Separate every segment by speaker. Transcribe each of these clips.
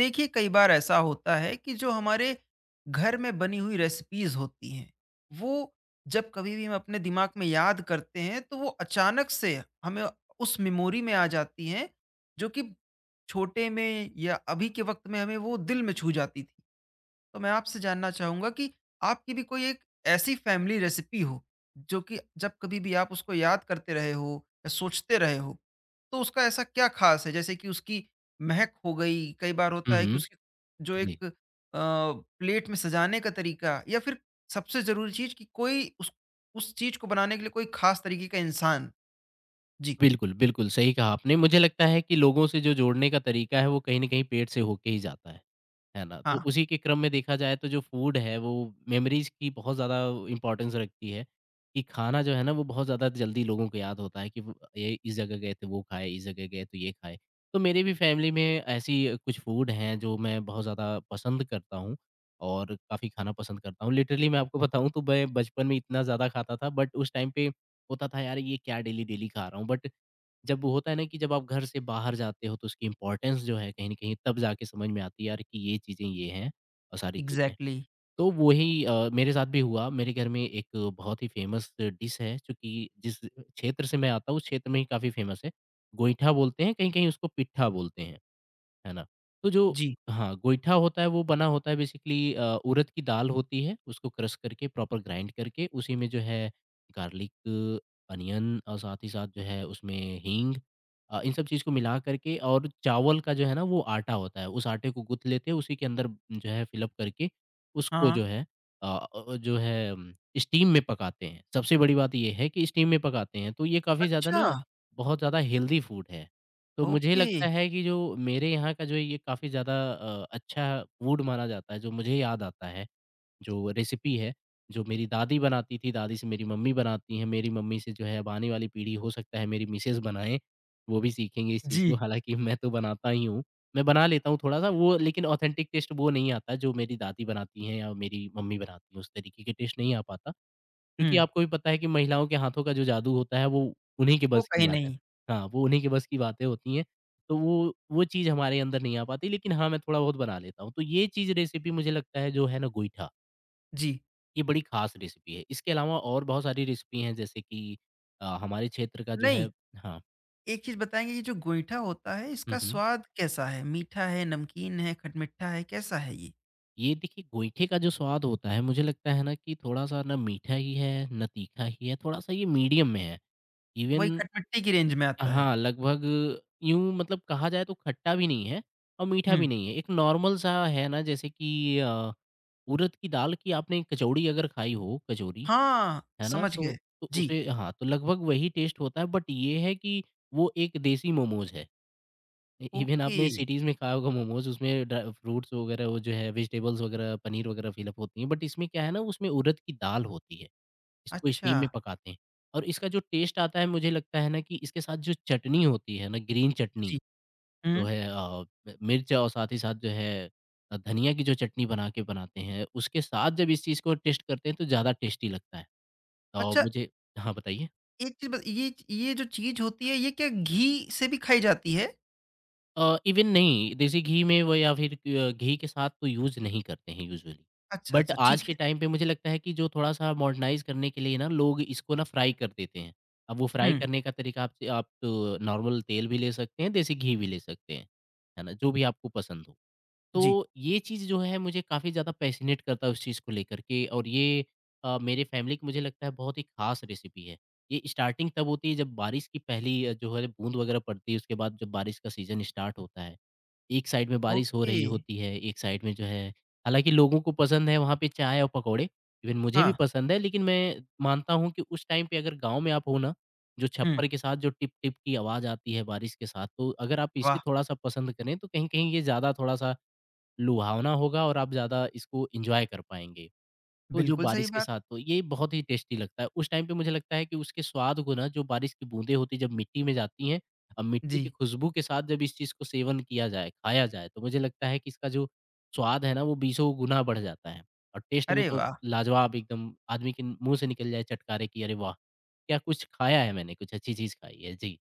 Speaker 1: देखिए कई बार ऐसा होता है कि जो हमारे घर में बनी हुई रेसिपीज होती हैं वो जब कभी भी हम अपने दिमाग में याद करते हैं तो वो अचानक से हमें उस मेमोरी में आ जाती हैं जो कि छोटे में या अभी के वक्त में हमें वो दिल में छू जाती थी। तो मैं आपसे जानना चाहूँगा कि आपकी भी कोई एक ऐसी फैमिली रेसिपी हो, जो कि जब कभी भी आप उसको याद करते रहे हो या सोचते रहे हो, तो उसका ऐसा क्या ख़ास है? जैसे कि उसकी महक हो गई, कई बार होता
Speaker 2: हुँ,
Speaker 1: है कि
Speaker 2: हुँ।
Speaker 1: उसकी जो
Speaker 2: जी।
Speaker 1: एक अ, प्लेट में सजाने का तरीका या फिर सबसे ज़रूरी चीज़ कि कोई उस चीज़ को बनाने के लिए कोई ख़ास तरीके का इंसान? जी।
Speaker 2: बिल्कुल, बिल्कुल, सही कहा आपने। मुझे लगता है कि लोगों से जो जोड़ने का तरीका है, वो कहीं न कहीं पेट से होके ही जाता है। है ना? तो
Speaker 1: हाँ।
Speaker 2: उसी के क्रम में देखा जाए तो जो फ़ूड है वो मेमोरीज़ की बहुत ज़्यादा इम्पोर्टेंस रखती है, कि खाना जो है ना वो बहुत ज़्यादा जल्दी लोगों को याद होता है कि वो ये इस जगह गए थे वो खाए, इस जगह गए तो ये खाए। तो मेरी भी फैमिली में ऐसी कुछ फ़ूड हैं जो मैं बहुत ज़्यादा पसंद करता हूँ और काफ़ी खाना पसंद करता हूँ। लिटरली मैं आपको बताऊँ तो मैं बचपन में इतना ज़्यादा खाता था बट उस टाइम पे होता था यार ये क्या डेली-डेली खा रहा हूँ बट जब वो होता है ना कि जब आप घर से बाहर जाते हो तो उसकी इम्पोर्टेंस जो है कहीं न कहीं तब जाके समझ में आती है यार कि ये चीज़ें ये हैं और सारी चीज़ें।
Speaker 1: एग्ज़ैक्टली।
Speaker 2: तो वही मेरे साथ भी हुआ मेरे घर में एक बहुत ही फ़ेमस डिश है चूँकि जिस क्षेत्र से मैं आता हूँ उस क्षेत्र में ही काफ़ी फ़ेमस है। गोईठा बोलते हैं, कहीं-कहीं उसको पिट्ठा बोलते हैं। है ना? तो जो
Speaker 1: जी।
Speaker 2: हाँ, गोईठा होता है वो बना होता है बेसिकली उड़द की दाल होती है, उसको क्रश करके प्रॉपर ग्राइंड करके उसी में जो है गार्लिक, अनियन और साथ ही साथ जो है उसमें हींग इन सब चीज़ को मिला करके और चावल का जो है ना वो आटा होता है, उस आटे को गूँथ लेते हैं उसी के अंदर जो है फ़िल अप करके उसको
Speaker 1: हाँ।
Speaker 2: जो है अ अ, जो है अम, स्टीम में पकाते हैं। सबसे बड़ी बात ये है कि स्टीम में पकाते हैं, तो ये काफ़ी ज़्यादा
Speaker 1: अच्छा!
Speaker 2: ना बहुत ज़्यादा हेल्दी फूड है। तो मुझे
Speaker 1: ओके।
Speaker 2: लगता है कि जो मेरे यहाँ का जो ये काफ़ी ज़्यादा अच्छा फ़ूड माना जाता है, जो मुझे याद आता है, जो रेसिपी है, जो मेरी दादी बनाती थी, दादी से मेरी मम्मी बनाती हैं, मेरी मम्मी से जो है अब आने वाली पीढ़ी हो सकता है मेरी मिसेज़ बनाएँ, वो भी सीखेंगे इस चीज़ को,
Speaker 1: जी।
Speaker 2: हालाँकि मैं तो बनाता ही हूँ। मैं बना लेता हूँ थोड़ा-सा वो लेकिन ऑथेंटिक टेस्ट वो नहीं आता जो मेरी दादी बनाती हैं या मेरी मम्मी बनाती हैं, उस तरीके के टेस्ट नहीं आ पाता। क्योंकि
Speaker 1: हुँ,
Speaker 2: आपको भी पता है कि महिलाओं के हाथों का जो जादू होता है वो उन्हीं के
Speaker 1: वो
Speaker 2: बस की
Speaker 1: कहीं
Speaker 2: बात है।
Speaker 1: नहीं।
Speaker 2: हाँ, वो उन्हीं के बस की बातें होती हैं, तो वो चीज़ हमारे अंदर नहीं आ पाती लेकिन हाँ, मैं थोड़ा-बहुत बना लेता हूँ। तो ये चीज़ रेसिपी मुझे लगता है जो है ना गोईठा,
Speaker 1: जी,
Speaker 2: ये बड़ी ख़ास रेसिपी है। इसके अलावा और बहुत सारी रेसिपी हैं जैसे कि हमारे क्षेत्र का जो है
Speaker 1: नहीं।
Speaker 2: हाँ।
Speaker 1: एक चीज़ बताएँगे ये जो गोईठा होता है
Speaker 2: हुँ,
Speaker 1: इसका
Speaker 2: हुँ।
Speaker 1: स्वाद कैसा है? मीठा है, नमकीन है, खटमिठा है, कैसा है ये?
Speaker 2: ये देखिए गोईठे का जो स्वाद होता है मुझे लगता है ना कि थोड़ा-सा ना मीठा ही है, ना तीखा ही है, थोड़ा-सा ये मीडियम में है।
Speaker 1: वही
Speaker 2: इवन
Speaker 1: खटमिट्ठे की रेंज में आता है।
Speaker 2: हाँ, लगभग यूँ मतलब कहा जाए तो खट्टा भी नहीं है और मीठा भी
Speaker 1: हुँ।
Speaker 2: नहीं है। एक नॉर्मल सा है ना जैसे कि उड़द की दाल की आपने कचौड़ी अगर खाई हो, कचौरी,
Speaker 1: हाँ,
Speaker 2: है ना?
Speaker 1: समझ गए।
Speaker 2: तो
Speaker 1: जी।
Speaker 2: उसे हाँ, तो लगभग वही टेस्ट होता है बट ये है कि वो एक देसी मोमोज़ है। इ इवन
Speaker 1: ओके।
Speaker 2: आपने सिटीज़ में खाया होगा मोमोज़ उसमें ड्रा फ्रूट्स वगैरह वो जो है वेजिटेबल्स वगैरह, पनीर वगैरह फ़िल अप होती हैं बट इसमें क्या है ना उसमें उड़द की दाल होती है। इसको स्टीम
Speaker 1: अच्छा।
Speaker 2: में पकाते हैं और इसका जो टेस्ट आता है मुझे लगता है ना कि इसके साथ जो चटनी होती है ना ग्रीन चटनी
Speaker 1: जी।
Speaker 2: जो
Speaker 1: हुँ।
Speaker 2: है मिर्च और साथ ही साथ जो है धनिया की जो चटनी बना के बनाते हैं उसके साथ जब इस चीज़ को टेस्ट करते हैं तो ज़्यादा टेस्टी लगता है और
Speaker 1: अच्छा,
Speaker 2: मुझे हाँ बताइए
Speaker 1: एक चीज़ ब ये च ये जो चीज़ होती है ये क्या घी से भी खाई जाती है?
Speaker 2: इवन नहीं, देसी घी में वो या फिर घी के साथ तो यूज़ नहीं करते हैं यूजुअली।
Speaker 1: अच्छा,
Speaker 2: बट
Speaker 1: अच्छा
Speaker 2: आज
Speaker 1: ठीक है।
Speaker 2: के टाइम पे मुझे लगता है कि जो थोड़ा-सा मॉडर्नाइज़ करने के लिए ना लोग इसको ना फ्राई कर देते हैं। अब वो फ्राई
Speaker 1: हुँ।
Speaker 2: करने का तरीका आप नॉर्मल तेल भी ले सकते हैं, देसी घी भी ले सकते हैं। है ना? जो भी आपको पसंद हो। तो
Speaker 1: जी।
Speaker 2: ये चीज़ जो है मुझे काफ़ी ज़्यादा पैसिनेट करता है उस चीज़ को लेकर के और ये मेरे फैमिली की मुझे लगता है बहुत ही ख़ास रेसिपी है। ये स्टार्टिंग तब होती है जब बारिश की पहली जो है बूँद वग़ैरह पड़ती है उसके बाद जब बारिश का सीज़न स्टार्ट होता है। एक साइड में बारिश हो
Speaker 1: ओके।
Speaker 2: रही होती है, एक साइड में जो है हालाँकि लोगों को पसंद है वहाँ पे चाय और पकौड़े, इवन मुझे भी
Speaker 1: हाँ।
Speaker 2: पसंद है लेकिन मैं मानता हूँ कि उस टाइम पे अगर गाँव में आप हो ना, जो
Speaker 1: हुँ।
Speaker 2: छप्पर के साथ जो टिप-टिप की आवाज़ आती है बारिश के साथ, तो अगर आप इसे
Speaker 1: वाह!
Speaker 2: थोड़ा-सा पसंद करें तो कहीं-कहीं ये ज़्यादा थोड़ा-सा लुभावना होगा और आप ज़्यादा इसको एन्जॉय कर पाएँगे। तो जो
Speaker 1: बिल्कुल सही
Speaker 2: बारिश के
Speaker 1: बात।
Speaker 2: साथ तो ये बहुत ही टेस्टी लगता है। उस टाइम पे मुझे लगता है कि उसके स्वाद को ना जो बारिश की बूँदें होती हैं जब मिट्टी में जाती हैं और मिट्टी की
Speaker 1: जी।
Speaker 2: खुशबू के साथ जब इस चीज़ को सेवन किया जाए, खाया जाए तो मुझे लगता है कि इसका जो स्वाद है ना वो बीसों गुना बढ़ जाता है। और टेस्ट में
Speaker 1: अरे
Speaker 2: तो
Speaker 1: वाह!
Speaker 2: लाजवाब एकदम आदमी के मुँह से निकल जाए चटकारे कि अरे वाह! क्या कुछ खाया है मैंने, कुछ अच्छी चीज़ खाई है। जी।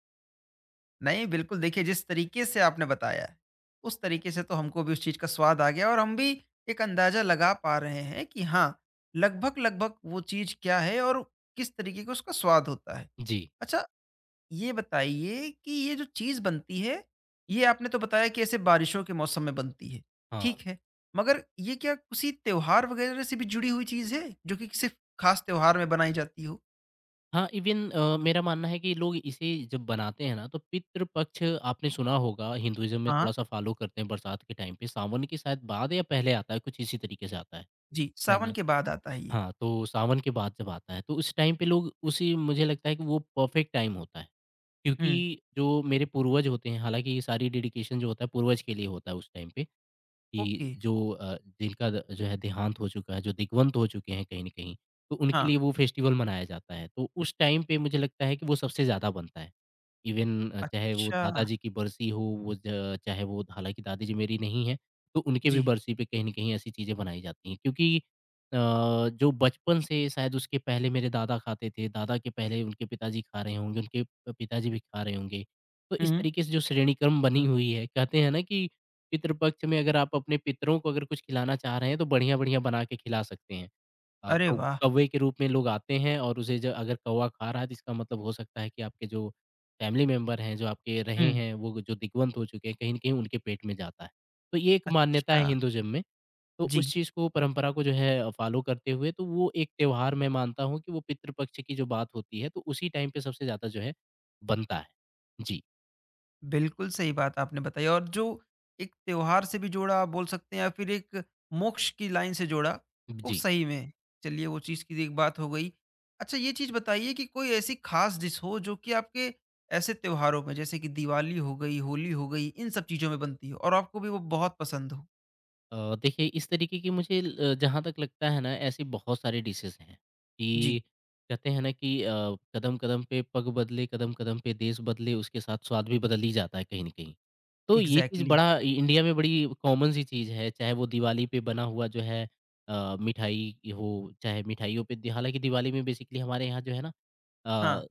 Speaker 1: नहीं, बिल्कुल देखिए जिस तरीके से आपने बताया है, उस तरीके से तो हमको भी उस चीज़ का स्वाद आ गया और हम भी एक अंदाज़ा लगा पा रहे हैं कि हाँ, लगभग-लगभग वो चीज़ क्या है और किस तरीके का उसका स्वाद होता है।
Speaker 2: जी।
Speaker 1: अच्छा, ये बताइए कि ये जो चीज़ बनती है, ये आपने तो बताया कि ऐसे बारिशों के मौसम में बनती है,
Speaker 2: हाँ।
Speaker 1: ठीक है। मगर ये क्या किसी त्योहार वगैरह से भी जुड़ी हुई चीज़ है, जो कि सिर्फ़ खास त्योहार में बनाई जाती हो?
Speaker 2: हाँ, इवन मेरा मानना है कि लोग इसे जब बनाते हैं ना, तो पितृपक्ष आपने सुना होगा हिंदुइज़्म में
Speaker 1: हाँ,
Speaker 2: थोड़ा-सा फ़ॉलो करते हैं बरसात के टाइम पे, सावन के शायद बाद या पहले आता है, कुछ इसी तरीके से आता
Speaker 1: जी,
Speaker 2: है
Speaker 1: सावन
Speaker 2: ना?
Speaker 1: के बाद आता है ये।
Speaker 2: हाँ, तो सावन के बाद जब आता है, तो उस टाइम पे लोग उसी मुझे लगता है कि वो परफ़ेक्ट टाइम होता है,
Speaker 1: हुँ,
Speaker 2: क्योंकि जो मेरे पूर्वज होते हैं, हालाँकि ये सारी डेडिकेशन जो होता है पूर्वज के लिए होता है उस टाइम पे।
Speaker 1: ओके,
Speaker 2: कि जो अ, जिनका द जो है देहांत हो चुका है, जो दिग्वंत हो चुके हैं कहीं न कहीं, तो उनके लिए
Speaker 1: हाँ।
Speaker 2: वो फेस्टिवल मनाया जाता है। तो उस टाइम पे मुझे लगता है कि वो सबसे ज़्यादा बनता है। इवन चाहे वो
Speaker 1: अच्छा,
Speaker 2: दादाजी की बरसी हो, वो ज चाहे वो हालाँकि दादाजी मेरी नहीं हैं, तो उनके भी
Speaker 1: जी।
Speaker 2: बरसी पे कहीं न कहीं ऐसी चीज़ें बनाई जाती हैं। क्योंकि जो बचपन से शायद उसके पहले मेरे दादा खाते थे, दादा के पहले उनके पिताजी खा रहे होंगे, उनके पिताजी भी खा रहे होंगे। तो इस
Speaker 1: हुँ।
Speaker 2: तरीके से जो श्रेणीक्रम बनी हुई है, कहते हैं ना कि पितृ पक्ष में अगर आप अपने पितरों को अगर कुछ खिलाना चाह रहे हैं, तो बढ़िया-बढ़िया बना के खिला सकते हैं। अ,
Speaker 1: अरे
Speaker 2: कौ
Speaker 1: वाह!
Speaker 2: कौवे के रूप में लोग आते हैं और उसे ज अगर कौवा खा रहा है, तो इसका मतलब हो सकता है कि आपके जो फैमिली मेंबर हैं, जो आपके रहे
Speaker 1: हुँ।
Speaker 2: हैं, वो जो दिग्वंत हो चुके हैं, कहीं न कहीं उनके पेट में जाता है। तो ये एक मान्यता
Speaker 1: अच्छा,
Speaker 2: है हिंदुइज़्म में, तो
Speaker 1: जी।
Speaker 2: उस चीज़ को परंपरा को जो है फ़ॉलो करते हुए, तो वो एक त्योहार मैं मानता हूँ कि वो पितृ पक्ष की जो बात होती है, तो उसी टाइम पे सबसे ज़्यादा जो है बनता है। जी।
Speaker 1: बिल्कुल सही बात आपने बताई। और जो एक त्योहार से भी जोड़ा आप बोल सकते हैं या फिर एक मोक्ष की लाइन से जोड़ा, वो
Speaker 2: जी।
Speaker 1: सही में चलिए वो चीज़ की एक बात हो गई। अच्छा, ये चीज़ बताइए कि कोई ऐसी खास डिश हो जो कि आपके ऐसे त्योहारों में जैसे कि दिवाली हो गई, होली हो गई, इन सब चीज़ों में बनती हो और आपको भी वो बहुत पसंद हो?
Speaker 2: देखिए इस तरीके की मुझे ल जहाँ तक लगता है ना ऐसी बहुत सारी डिशेज़ हैं
Speaker 1: जी,
Speaker 2: कि कहते हैं ना कि कदम-कदम पे पग बदले, कदम-कदम पे देश बदले, उसके साथ स्वाद भी बदल ही जाता है कहीं न कहीं। तो ये चीज़
Speaker 1: इग्ज़ैक्टली।
Speaker 2: बड़ा इ इंडिया में बड़ी कॉमन सी चीज़ है, चाहे वो दिवाली पे बना हुआ जो है मिठाई हो, चाहे मिठाइयों पे दि हालाँकि दिवाली में बेसिकली हमारे यहाँ जो है ना
Speaker 1: हाँ,
Speaker 2: अ,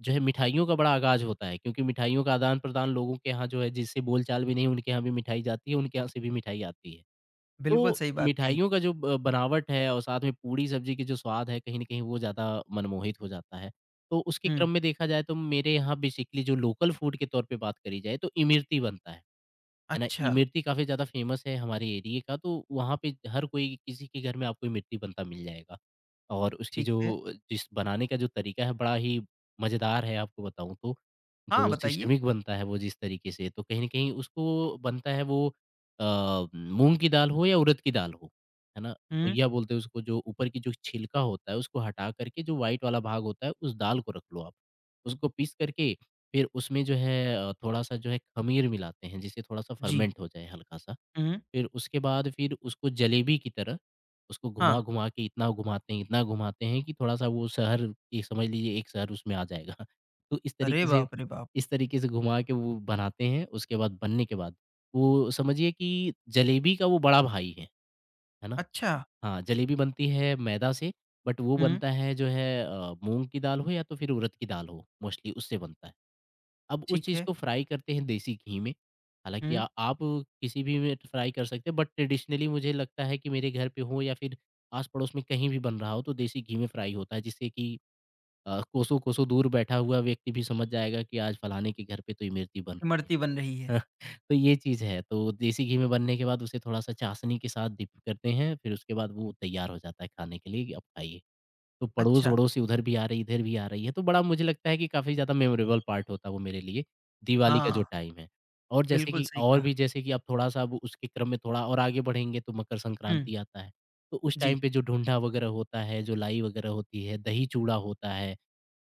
Speaker 2: जो है मिठाइयों का बड़ा आगाज़ होता है क्योंकि मिठाइयों का आदान-प्रदान लोगों के यहाँ जो है जिससे बोलचाल भी नहीं, उनके यहाँ भी मिठाई जाती है, उनके यहाँ से भी मिठाई आती है।
Speaker 1: बिल्कुल
Speaker 2: तो
Speaker 1: सही बात कही।
Speaker 2: मिठाइयों का जो ब बनावट है और साथ में पूड़ी-सब्ज़ी की जो स्वाद है, कहीं न कहीं वो ज़्यादा मनमोहित हो जाता है। तो उसके
Speaker 1: हुँ।
Speaker 2: क्रम में देखा जाए तो मेरे यहाँ बेसिकली जो लोकल फूड के तौर पे बात करी जाए तो इमरती बनता है ना?
Speaker 1: अच्छा,
Speaker 2: इमरती काफ़ी ज़्यादा फ़ेमस है हमारे एरिये का, तो वहाँ पे हर कोई किसी के घर में आपको इमरती बनता मिल जाएगा। और उसकी
Speaker 1: ठीक
Speaker 2: जो
Speaker 1: है।
Speaker 2: जिस बनाने का जो तरीका है बड़ा ही मज़ेदार है आपको बताऊँ तो।
Speaker 1: हाँ,
Speaker 2: जो
Speaker 1: बताइए।
Speaker 2: सिस्टमिक बनता है वो जिस तरीके से तो कहीं न कहीं उसको बनता है वो मूँग की दाल हो या उड़द की दाल हो, है ना?
Speaker 1: हुँ।
Speaker 2: भुइया बोलते हैं उसको, जो ऊपर की जो छिलका होता है, उसको हटा करके जो व्हाइट वाला भाग होता है, उस दाल को रख लो आप। उसको पीस करके फिर उसमें जो है थोड़ा-सा जो है ख़मीर मिलाते हैं, जिससे थोड़ा-सा
Speaker 1: जी।
Speaker 2: फर्मेंट हो जाए हल्का-सा।
Speaker 1: हुँ।
Speaker 2: फिर उसके बाद फिर उसको जलेबी की तरह उसको
Speaker 1: हाँ।
Speaker 2: घुमा-घुमा के इतना घुमाते हैं कि थोड़ा-सा वो शहर ये समझ लीजिए एक शहर उसमें आ जाएगा। तो इस
Speaker 1: अरे
Speaker 2: तरीके से,
Speaker 1: बाप रे बाप!
Speaker 2: घुमा के वो बनाते हैं। उसके बाद बनने के बाद वो समझिए कि जलेबी का वो बड़ा भाई है ना?
Speaker 1: अच्छा।
Speaker 2: हाँ, जलेबी बनती है मैदा से, बट वो
Speaker 1: हुँ,
Speaker 2: बनता है जो है मूँग की दाल हो या तो फिर उड़द की दाल हो, मोस्टली उससे बनता है। अब उस
Speaker 1: ठीक
Speaker 2: चीज़
Speaker 1: है।
Speaker 2: को फ्राई करते हैं देसी घी में। हालाँकि
Speaker 1: हुँ,
Speaker 2: आ आप किसी भी में फ्राई कर सकते हैं, बट ट्रेडिशनली मुझे लगता है कि मेरे घर पे हो या फिर आस-पड़ोस में कहीं भी बन रहा हो, तो देसी घी में फ्राई होता है, जिससे कि कोसों-कोसों दूर बैठा हुआ व्यक्ति भी समझ जाएगा कि आज फलाने के घर पे तो इमरती बन रही
Speaker 1: इमरती बन रही है।
Speaker 2: है। तो ये चीज़ है। तो देसी घी में बनने के बाद उसे थोड़ा-सा चाशनी के साथ डिप करते हैं, फिर उसके बाद वो तैयार हो जाता है खाने के लिए, आप खाइए। तो
Speaker 1: अच्छा।
Speaker 2: पड़ोस-वड़ोस से उधर भी आ रही, इधर भी आ रही है। तो बड़ा मुझे लगता है कि काफ़ी ज़्यादा मेमोरेबल पार्ट होता है वो मेरे लिए, दिवाली का जो
Speaker 1: हाँ,
Speaker 2: टाइम है। और जैसे
Speaker 1: बिल्कुल
Speaker 2: कि
Speaker 1: सही
Speaker 2: और
Speaker 1: कहा।
Speaker 2: भी जैसे कि अब उसके क्रम में थोड़ा और आगे बढ़ेंगे तो मकर
Speaker 1: हुँ,
Speaker 2: संक्रांति आता है। तो उस
Speaker 1: जी।
Speaker 2: टाइम पे जो ढूंढा वगैरह होता है, जो लाई वगैरह होती है, दही-चूड़ा होता है,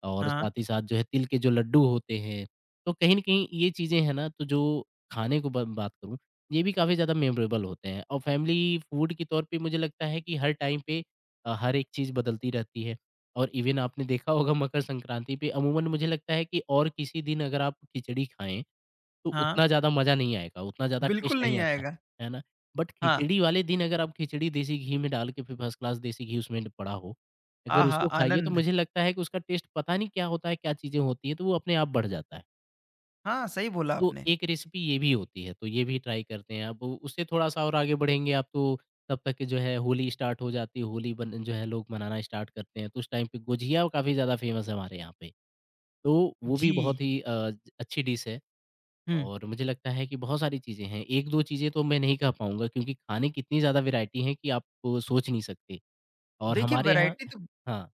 Speaker 2: और
Speaker 1: हाँ,
Speaker 2: साथ ही साथ जो है तिल के जो लड्डू होते हैं, तो कहीं न कहीं ये चीज़ें हैं ना, तो जो खाने को ब बात करूँ, ये भी काफ़ी ज़्यादा मेमोरेबल होते हैं। और फैमिली फूड के तौर पे मुझे लगता है कि हर टाइम पे हर एक चीज़ बदलती रहती है। और इवन आपने देखा होगा मकर संक्रांति पे अमूमन मुझे लगता है कि और किसी दिन अगर आप खिचड़ी खाएँ, तो
Speaker 1: हाँ।
Speaker 2: उतना ज़्यादा मज़ा नहीं आएगा, उतना ज़्यादा टेस्ट
Speaker 1: बिल्कुल
Speaker 2: नहीं
Speaker 1: नहीं
Speaker 2: आता,
Speaker 1: आएगा।
Speaker 2: है ना? बट
Speaker 1: हाँ।
Speaker 2: खिचड़ी वाले दिन अगर आप खिचड़ी देसी घी में डाल के, फिर फर्स्ट क्लास देसी घी उसमें पड़ा हो, अगर
Speaker 1: आहा!
Speaker 2: उसको खाइए, तो
Speaker 1: आनंद।
Speaker 2: मुझे लगता है कि उसका टेस्ट पता नहीं क्या होता है, क्या चीज़ें होती हैं, तो वो अपने आप बढ़ जाता है।
Speaker 1: हाँ, सही बोला
Speaker 2: तो
Speaker 1: आपने।
Speaker 2: एक रेसिपी ये भी होती है, तो ये भी ट्राई करते हैं। अब उससे थोड़ा-सा और आगे बढ़ेंगे आप तो, तब तक के जो है होली स्टार्ट हो जाती है, होली बन जो है लोग मनाना स्टार्ट करते हैं। तो उस टाइम पे गुझिया काफ़ी ज़्यादा फेमस है हमारे यहाँ पे। तो वो भी
Speaker 1: जी।
Speaker 2: बहुत ही अच्छी डिश है।
Speaker 1: हुँ।
Speaker 2: और मुझे लगता है कि बहुत सारी चीज़ें हैं। 1-2 चीज़ें तो मैं नहीं कह पाऊँगा, क्योंकि खाने की इतनी ज़्यादा वैरायटी है कि आप सोच नहीं सकते। और
Speaker 1: देखिए
Speaker 2: हमारे यहाँ।
Speaker 1: वैरायटी तो
Speaker 2: हाँ।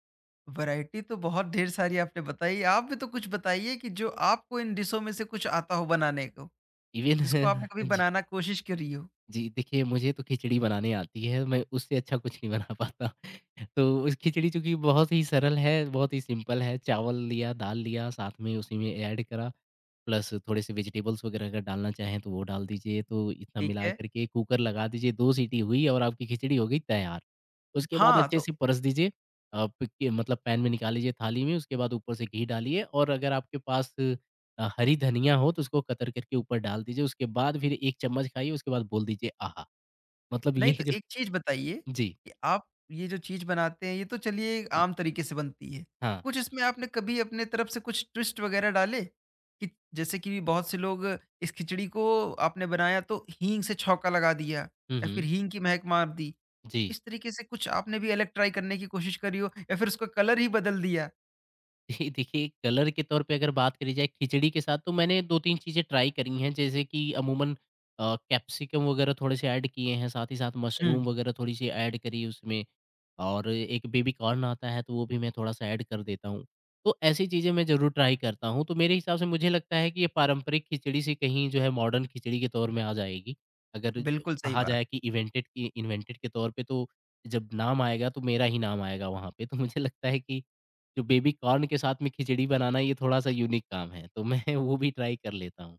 Speaker 1: वैरायटी तो बहुत ढेर सारी आपने बताई। आप भी तो कुछ बताइए कि जो आपको इन डिशों में से कुछ आता हो बनाने को,
Speaker 2: इवन।
Speaker 1: जिसको आपने कभी बनाना कोशिश करी हो?
Speaker 2: जी, देखिए, मुझे तो खिचड़ी बनाने आती है, मैं उससे अच्छा कुछ नहीं बना पाता। तो उस खिचड़ी, चूँकि बहुत ही सरल है, बहुत ही सिंपल है, चावल लिया, दाल लिया, साथ में उसी में ऐड करा, प्लस थोड़े-से वेजिटेबल्स वगैरह अगर डालना चाहें, तो वो डाल दीजिए। तो इतना
Speaker 1: ठीक
Speaker 2: मिला
Speaker 1: है।
Speaker 2: कर के कुकर लगा दीजिए, 2 सीटी हुई और आपकी खिचड़ी हो गई तैयार। उसके बाद
Speaker 1: हाँ,
Speaker 2: अच्छे
Speaker 1: तो
Speaker 2: से परस दीजिए, आप के मतलब पैन में निकाल लीजिए थाली में। उसके बाद ऊपर से घी डालिए और अगर आपके पास हरी धनिया हो, तो उसको कतर करके ऊपर डाल दीजिए। उसके बाद फिर 1 चम्मच खाइए, उसके बाद बोल दीजिए, आहा! मतलब ये
Speaker 1: नहीं, तो
Speaker 2: जो।
Speaker 1: एक चीज़ बताइए
Speaker 2: जी।
Speaker 1: कि आप ये जो चीज़ बनाते हैं ये तो चलिए एक आम तरीके से बनती है।
Speaker 2: हाँ।
Speaker 1: कुछ इसमें आपने कभी अपने तरफ से कुछ ट्विस्ट वग़ैरह डाले? कि जैसे कि बहुत से लोग इस खिचड़ी को आपने बनाया तो हींग से छौंका लगा दिया
Speaker 2: हुँ,
Speaker 1: या फिर
Speaker 2: हुँ।
Speaker 1: हींग की महक मार दी।
Speaker 2: जी।
Speaker 1: इस तरीके से कुछ आपने भी अलग ट्राई करने की कोशिश करी हो या फिर उसका कलर ही बदल दिया?
Speaker 2: जी, देखिए, कलर के तौर पे अगर बात करी जाए खिचड़ी के साथ, तो मैंने 2-3 चीज़ें ट्राई करी हैं, जैसे कि अमूमन कैप्सिकम वगैरह थोड़े से ऐड किए हैं, साथ ही साथ
Speaker 1: हुँ,
Speaker 2: मशरूम वगैरह थोड़ी-सी ऐड करी उसमें। और एक बेबी कॉर्न आता है तो वो भी मैं थोड़ा-सा ऐड कर देता हूँ। तो ऐसी चीज़ें मैं ज़रूर ट्राई करता हूँ, तो मेरे हिसाब से मुझे लगता है कि ये पारंपरिक खिचड़ी से कहीं जो है मॉडर्न खिचड़ी के तौर में आ जाएगी। अगर
Speaker 1: बिल्कुल सही
Speaker 2: कहा
Speaker 1: बात।
Speaker 2: जाए कि इवेंटेड की इन्वेंटेड के तौर पे, तो जब नाम आएगा तो मेरा ही नाम आएगा वहाँ पे। तो मुझे लगता है कि जो बेबी कॉर्न के साथ में खिचड़ी बनाना, ये थोड़ा-सा यूनिक काम है, तो मैं वो भी ट्राई कर लेता हूँ।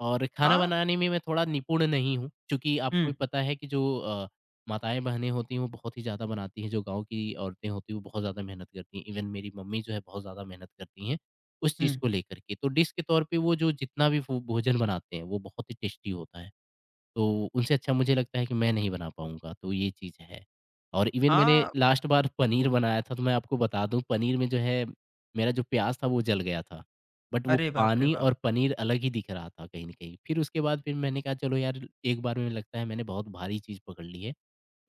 Speaker 2: और खाना
Speaker 1: हाँ,
Speaker 2: बनाने में मैं थोड़ा निपुण नहीं हूँ, चूँकि आपको भी
Speaker 1: हुँ,
Speaker 2: पता है कि जो माताएँ-बहनें होती हैं, वो बहुत ही ज़्यादा बनाती हैं, जो गाँव की औरतें होती हैं, वो बहुत ज़्यादा मेहनत करती हैं। इवन मेरी मम्मी जो है, बहुत ज़्यादा मेहनत करती हैं, उस
Speaker 1: हुँ।
Speaker 2: चीज़ को लेकर के। तो डिश के तौर पे वो जो जितना भी फू भोजन बनाते हैं, वो बहुत ही टेस्टी होता है। तो उनसे अच्छा मुझे लगता है कि मैं नहीं बना पाऊँगा, तो ये चीज़ है। और इवन मैंने
Speaker 1: हाँ,
Speaker 2: लास्ट बार पनीर बनाया था, तो मैं आपको बता दूँ, पनीर में जो है, मेरा जो प्याज़ था वो जल गया था। बट वो
Speaker 1: अरे बाप रे
Speaker 2: पानी
Speaker 1: बाप!
Speaker 2: और पनीर अलग ही दिख रहा था कहीं न कहीं। फिर उसके बाद फिर मैंने कहा, चलो यार, एक बार में लगता है मैंने बहुत भारी चीज़ पकड़ ली है।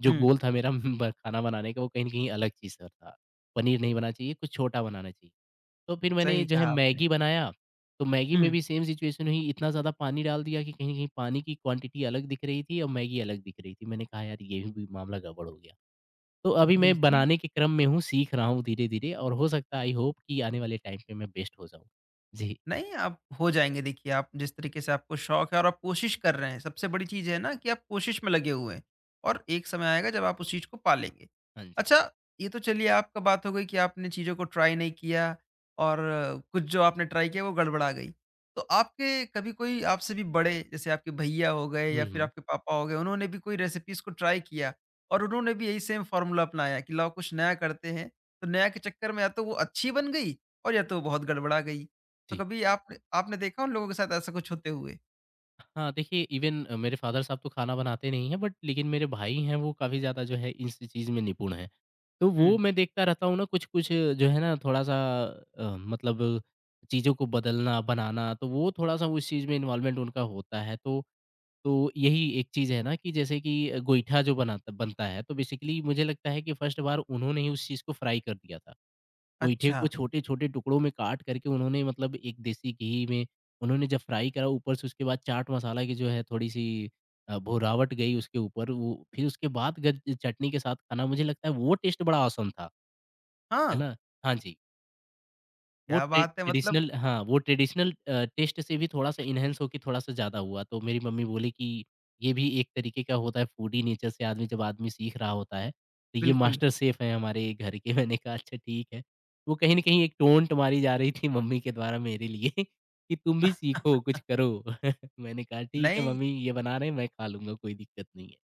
Speaker 2: जो
Speaker 1: हुँ,
Speaker 2: गोल था मेरा ब खाना बनाने का, वो कहीं न कहीं अलग चीज़ था। पनीर नहीं बनाना चाहिए, कुछ छोटा बनाना चाहिए। तो फिर मैंने
Speaker 1: सही
Speaker 2: जो है
Speaker 1: कहा आपने।
Speaker 2: मैगी बनाया। तो मैगी में
Speaker 1: हुँ,
Speaker 2: भी सेम सिचुएशन हुई, इतना ज़्यादा पानी डाल दिया कि कहीं न कहीं पानी की क्वांटिटी अलग दिख रही थी और मैगी अलग दिख रही थी। मैंने कहा, यार ये भी मामला गड़बड़ हो गया। तो अभी मैं
Speaker 1: बिल्कुल।
Speaker 2: बनाने के क्रम में हूँ, सीख रहा हूँ धीरे-धीरे, और हो सकता है आई होप कि आने वाले टाइम पे मैं बेस्ट हो जाऊँ। जी,
Speaker 1: नहीं, आप हो जाएँगे देखिए, आप जिस तरीके से आपको शौक है और आप कोशिश कर रहे हैं, सबसे बड़ी चीज़ है ना कि आप कोशिश में लगे हुए हैं और एक समय आएगा जब आप उस चीज़ को पालेंगे।
Speaker 2: हाँ जी।
Speaker 1: अच्छा, ये तो चलिए आपका बात हो गई कि आपने चीज़ों को ट्राई नहीं किया और कुछ जो आपने ट्राई किया वो गड़बड़ा गई। तो आपके कभी कोई आपसे भी बड़े जैसे आपके भैया हो गए
Speaker 2: हुँ,
Speaker 1: या फिर
Speaker 2: हुँ।
Speaker 1: आपके पापा हो गए, उन्होंने भी कोई रेसिपीज़ को ट्राई किया और उन्होंने भी यही सेम फ़ॉर्मूला अपनाया कि लाओ कुछ नया करते हैं, तो नया के चक्कर में या तो वो अच्छी बन गई और या तो वो बहुत गड़बड़ा गई। तो
Speaker 2: जी।
Speaker 1: कभी आपने आपने देखा उन लोगों के साथ ऐसा कुछ होते हुए?
Speaker 2: हाँ, देखिए इवन मेरे फ़ादर साहब तो खाना बनाते नहीं हैं, बट लेकिन मेरे भाई हैं वो काफ़ी ज़्यादा जो है इस चीज़ में निपुण हैं। तो वो
Speaker 1: हुँ।
Speaker 2: मैं देखता रहता हूँ ना, कुछ-कुछ जो है ना, थोड़ा-सा मतलब, चीज़ों को बदलना, बनाना, तो वो थोड़ा-सा उस चीज़ में इन्वॉल्वमेंट उनका होता है। तो यही एक चीज़ है ना, कि जैसे कि गोईठा जो बनाता बनता है, तो बेसिकली मुझे लगता है कि फर्स्ट बार उन्होंने ही उस चीज़ को फ्राई कर दिया था। गोईठे
Speaker 1: अच्छा,
Speaker 2: को छोटे-छोटे टुकड़ों में काट करके उन्होंने, मतलब एक देसी घी में उन्होंने जब फ्राई करा, ऊपर से उसके बाद चाट मसाला की जो है थोड़ी-सी भुरावट गई उसके ऊपर, वो फिर उसके बाद गज चटनी के साथ खाना, मुझे लगता है वो टेस्ट बड़ा ऑसम था। है
Speaker 1: हाँ,
Speaker 2: ना? हाँ जी। वो
Speaker 1: क्या बात है मतलब
Speaker 2: ट्रेडिशनल, हाँ, वो ट्रेडिशनल टेस्ट से भी थोड़ा-सा एनहांस होके थोड़ा-सा ज़्यादा हुआ, तो मेरी मम्मी बोली कि ये भी एक तरीके का होता है फूडी नेचर से, आदमी जब आदमी सीख रहा होता है, तो ये
Speaker 1: बिल्कुल।
Speaker 2: मास्टर शेफ़ हैं हमारे घर के। मैंने कहा, अच्छा ठीक है। वो कहीं न कहीं एक टोंट मारी जा रही थी मम्मी के द्वारा मेरे लिए कि तुम भी सीखो, कुछ करो। मैंने कहा, ठीक है
Speaker 1: नहीं,
Speaker 2: मम्मी ये बना रहे हैं, मैं खा लूँगा कोई दिक्कत नहीं है।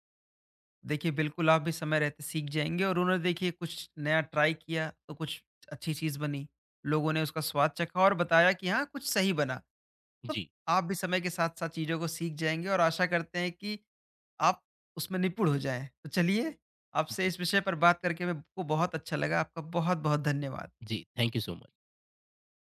Speaker 1: देखिए बिल्कुल आप भी समय रहते सीख जाएँगे और उन्होंने देखिए कुछ नया ट्राई किया तो कुछ अच्छी चीज़ बनी। लोगों ने उसका स्वाद चखा और बताया कि हाँ, कुछ सही बना। तो
Speaker 2: जी,
Speaker 1: आप भी समय के साथ-साथ चीज़ों को सीख जाएँगे और आशा करते हैं कि आप उसमें निपुण हो जाएँ। तो चलिए, आपसे
Speaker 2: जी,
Speaker 1: इस विषय पर बात करके मेरे को बहुत अच्छा लगा। आपका बहुत-बहुत धन्यवाद।
Speaker 2: जी। Thank you so much.